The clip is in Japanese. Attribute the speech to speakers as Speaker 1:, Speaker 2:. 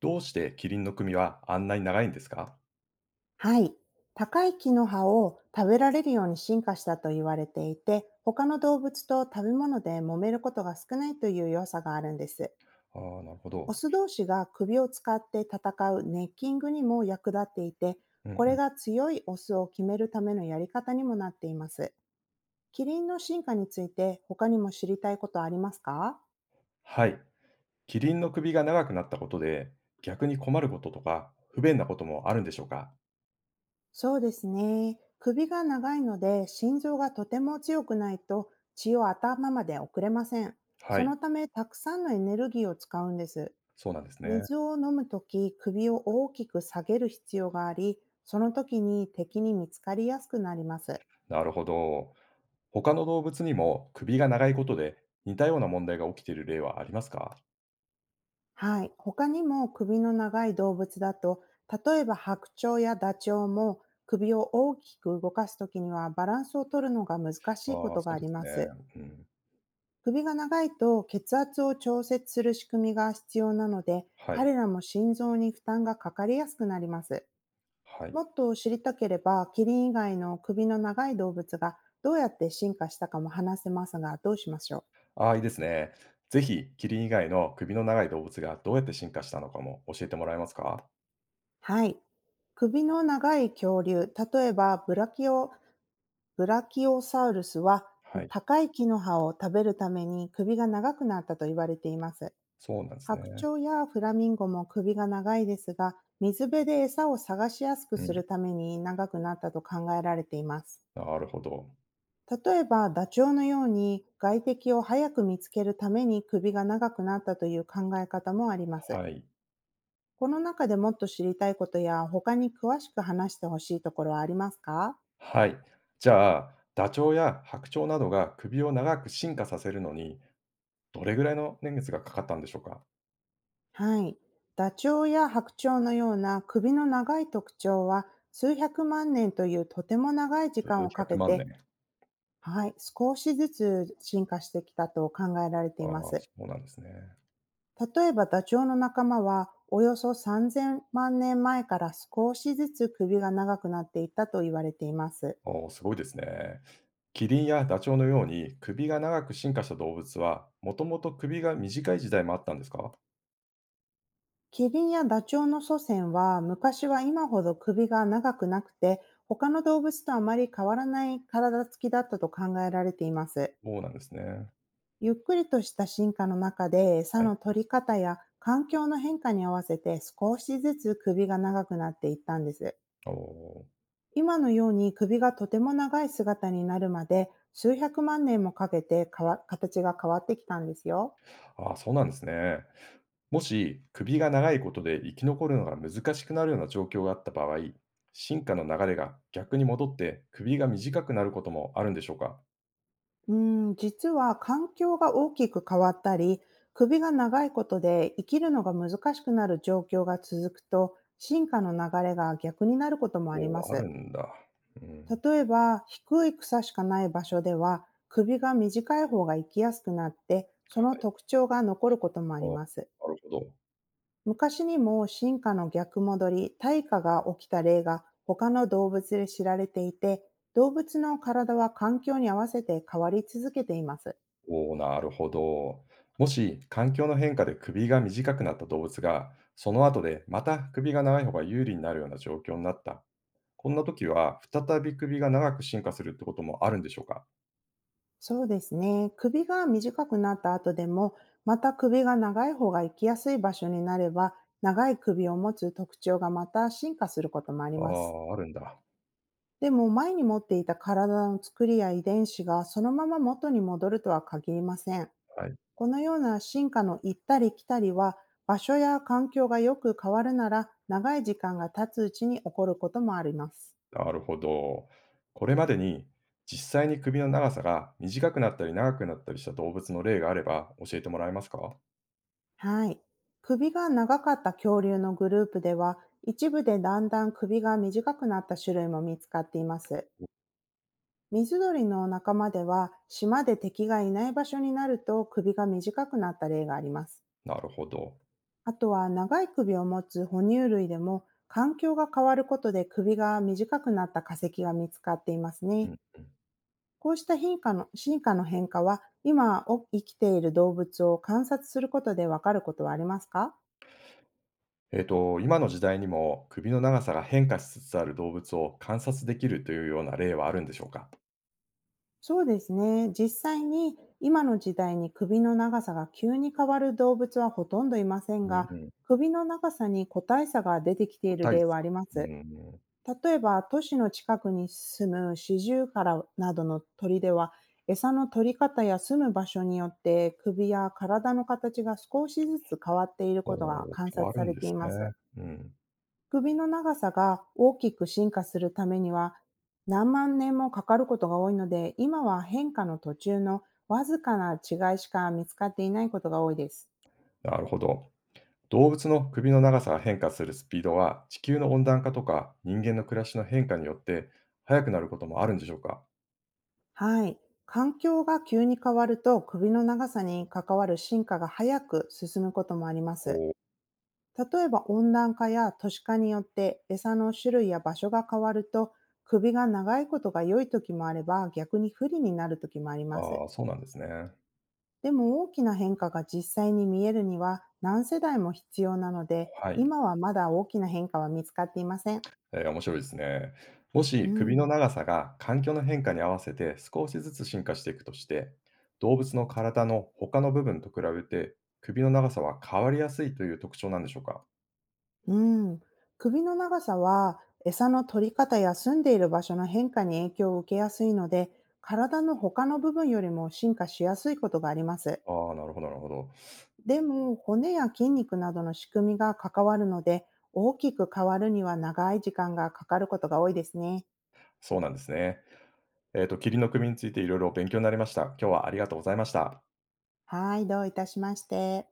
Speaker 1: どうしてキリンの首はあんなに長いんですか？
Speaker 2: はい。高い木の葉を食べられるように進化したと言われていて、他の動物と食べ物で揉めることが少ないという良さがあるんです。
Speaker 1: ああー、なるほ
Speaker 2: オ
Speaker 1: ど。
Speaker 2: ス同士が首を使って戦うネッキングにも役立っていて、
Speaker 1: うん
Speaker 2: こ
Speaker 1: う
Speaker 2: れ
Speaker 1: ん。
Speaker 2: が強いオスを決めるためのやり方にもなっています。キリンの進化について他にも知りたいことありますか？
Speaker 1: はい。キリンの首が長くなったことで、逆に困ることとか、不便なこともあるんでしょうか？
Speaker 2: そうですね。首が長いので、心臓がとても強くないと血を頭まで送れません。
Speaker 1: は
Speaker 2: そ
Speaker 1: い、
Speaker 2: のため、たくさんのエネルギーを使うんです。
Speaker 1: そうなんですね。
Speaker 2: 水を飲むとき、首を大きく下げる必要があり、その時に敵に見つかりやすくなります。
Speaker 1: なるほど。他の動物にも首が長いことで、似たような問題が起きている例はありますか？
Speaker 2: はい。他にも首の長い動物だと、例えば白鳥やダチョウも首を大きく動かすときにはバランスを取るのが難し
Speaker 1: ああ
Speaker 2: いこ
Speaker 1: ー、
Speaker 2: とが
Speaker 1: そう
Speaker 2: あ
Speaker 1: で
Speaker 2: り
Speaker 1: す
Speaker 2: ま
Speaker 1: ね。
Speaker 2: す。
Speaker 1: うん。
Speaker 2: 首が長いと血圧を調節する仕組みが必要なので、
Speaker 1: はい、
Speaker 2: 彼らも心臓に負担がかかりやすくなります。
Speaker 1: はい。
Speaker 2: もっと知りたければ、キリン以外の首の長い動物がどうやって進化したかも話せますが、どうしましょう？
Speaker 1: ああ、いいですね。ぜひキリン以外の首の長い動物がどうやって進化したのかも教えてもらえますか？
Speaker 2: はい。首の長い恐竜、例えばブラキオ、ブラキオサウルスは、
Speaker 1: はい、
Speaker 2: 高い木の葉を食べるために首が長くなったと言われています。
Speaker 1: そうなんです
Speaker 2: 白
Speaker 1: ね。
Speaker 2: 鳥やフラミンゴも首が長いですが、水辺で餌を探しやすく
Speaker 1: う
Speaker 2: する
Speaker 1: ん。
Speaker 2: ために長くなったと考えられています。
Speaker 1: なるほど。
Speaker 2: 例えば、ダチョウのように外敵を早く見つけるために首が長くなったという考え方もあります。
Speaker 1: はい。
Speaker 2: この中でもっと知りたいことや他に詳しく話してほしいところはありますか？
Speaker 1: はい。じゃあ、ダチョウや白鳥などが首を長く進化させるのに、どれぐらいの年月がかかったんでしょうか？
Speaker 2: はい。ダチョウや白鳥のような首の長い特徴は数百万年というとても長い時間を
Speaker 1: 数
Speaker 2: かけ
Speaker 1: 百万
Speaker 2: て、
Speaker 1: 年。
Speaker 2: はい、少しずつ進化してきたと考えられてい
Speaker 1: ああ、
Speaker 2: ます。
Speaker 1: そうなんですね。
Speaker 2: 例えばダチョウの仲間はおよそ3000万年前から少しずつ首が長くなっていったと言われています。
Speaker 1: おお、すごいですね。キリンやダチョウのように首が長く進化した動物は、もともと首が短い時代もあったんですか？
Speaker 2: キリンやダチョウの祖先は昔は今ほど首が長くなくて、他の動物とあまり変わらない体つきだったと考えられています。
Speaker 1: そうなんですね。
Speaker 2: ゆっくりとした進化の中で餌
Speaker 1: はい。
Speaker 2: の取り方や環境の変化に合わせて少しずつ首が長くなっていったんです。
Speaker 1: おお。
Speaker 2: 今のように首がとても長い姿になるまで数百万年もかけて形が変わってきたんですよ。
Speaker 1: ああ、そうなんですね。もし、首が長いことで生き残るのが難しくなるような状況があった場合、進化の流れが逆に戻って首が短くなることもあるんでしょうか？
Speaker 2: うん、実は環境が大きく変わったり、首が長いことで生きるのが難しくなる状況が続くと、進化の流れが逆になることもあり
Speaker 1: お
Speaker 2: ま
Speaker 1: お、あ
Speaker 2: す。
Speaker 1: るんだ。うん。
Speaker 2: 例えば、低い草しかない場所では、首が短い方が生きやすくなって、そ
Speaker 1: は
Speaker 2: の
Speaker 1: い。
Speaker 2: 特徴が残ることもあ
Speaker 1: あ、
Speaker 2: ります。
Speaker 1: なるほど。
Speaker 2: 昔にも進化の逆戻り、退化が起きた例が他の動物で知られていて、動物の体は環境に合わせて変わり続けています。
Speaker 1: おお、なるほど。もし、環境の変化で首が短くなった動物が、その後でまた首が長い方が有利になるような状況になった。こんな時は、再び首が長く進化するってこともあるんでしょうか？
Speaker 2: そうですね。首が短くなった後でも、また首が長い方が生きやすい場所になれば、長い首を持つ特徴がまた進化することもあり
Speaker 1: あ
Speaker 2: ます。
Speaker 1: あ、あるんだ。
Speaker 2: でも前に持っていた体の作りや遺伝子がそのまま元に戻るとは限りません。
Speaker 1: はい。
Speaker 2: このような進化の行ったり来たりは、場所や環境がよく変わるなら、長い時間が経つうちに起こることもあります。
Speaker 1: なるほど。これまでに実際に首の長さが短くなったり長くなったりした動物の例があれば教えてもらえますか？
Speaker 2: はい。首が長かった恐竜のグループでは、一部でだんだん首が短くなった種類も見つかっています。水鳥の仲間では、島で敵がいない場所になると首が短くなった例があります。
Speaker 1: なるほど。
Speaker 2: あとは長い首を持つ哺乳類でも、環境が変わることで首が短くなった化石が見つかっています
Speaker 1: うん
Speaker 2: ね。
Speaker 1: うん。
Speaker 2: こうした変化の進化の変化は、今を生きている動物を観察することでわかることはありますか？
Speaker 1: 今の時代にも首の長さが変化しつつある動物を観察できるというような例はあるんでしょうか？
Speaker 2: そうですね。実際に今の時代に首の長さが急に変わる動物はほとんどいません
Speaker 1: うん
Speaker 2: が、
Speaker 1: うん。
Speaker 2: 首の長さに個体差が出てきて
Speaker 1: 個
Speaker 2: いる
Speaker 1: 体
Speaker 2: 例
Speaker 1: 差。
Speaker 2: はありま
Speaker 1: うん
Speaker 2: す。
Speaker 1: うん。
Speaker 2: 例えば、都市の近くに住むシジュウカラなどの鳥では、餌の取り方や住む場所によって首や体の形が少しずつ変わっていることが
Speaker 1: おー
Speaker 2: 観
Speaker 1: 変わ
Speaker 2: 察
Speaker 1: る
Speaker 2: され
Speaker 1: んで
Speaker 2: て
Speaker 1: す
Speaker 2: い
Speaker 1: ね。
Speaker 2: ます。
Speaker 1: うん。
Speaker 2: 首の長さが大きく進化するためには何万年もかかることが多いので、今は変化の途中のわずかな違いしか見つかっていないことが多いです。
Speaker 1: なるほど。動物の首の長さが変化するスピードは地球の温暖化とか人間の暮らしの変化によって速くなることもあるんでしょうか？
Speaker 2: はい。環境が急に変わると首の長さに関わる進化が早く進むこともあります。
Speaker 1: こう、
Speaker 2: 例えば温暖化や都市化によって餌の種類や場所が変わると、首が長いことが良い時もあれば逆に不利になる時もあります。
Speaker 1: ああ、そうなんですね。
Speaker 2: でも大きな変化が実際に見えるには何世代も必要なので、
Speaker 1: はい。
Speaker 2: 今はまだ大きな変化は見つかっていません。
Speaker 1: えー面白いですね。も
Speaker 2: う
Speaker 1: し首の
Speaker 2: ん。
Speaker 1: 長さが環境の変化に合わせて少しずつ進化していくとして、動物の体の他の部分と比べて、首の長さは変わりやすいという特徴なんでしょうか？
Speaker 2: うん。首の長さは餌の取り方や住んでいる場所の変化に影響を受けやすいので、体の他の部分よりも進化しやすいことがあります。
Speaker 1: ああ、なるほどなるほど。
Speaker 2: でも骨や筋肉などの仕組みが関わるので、大きく変わるには長い時間がかかることが多いですね。
Speaker 1: そうなんですね。キリンの首についていろいろ勉強になりました。今日はありがとうございました。
Speaker 2: はい、どういたしまして。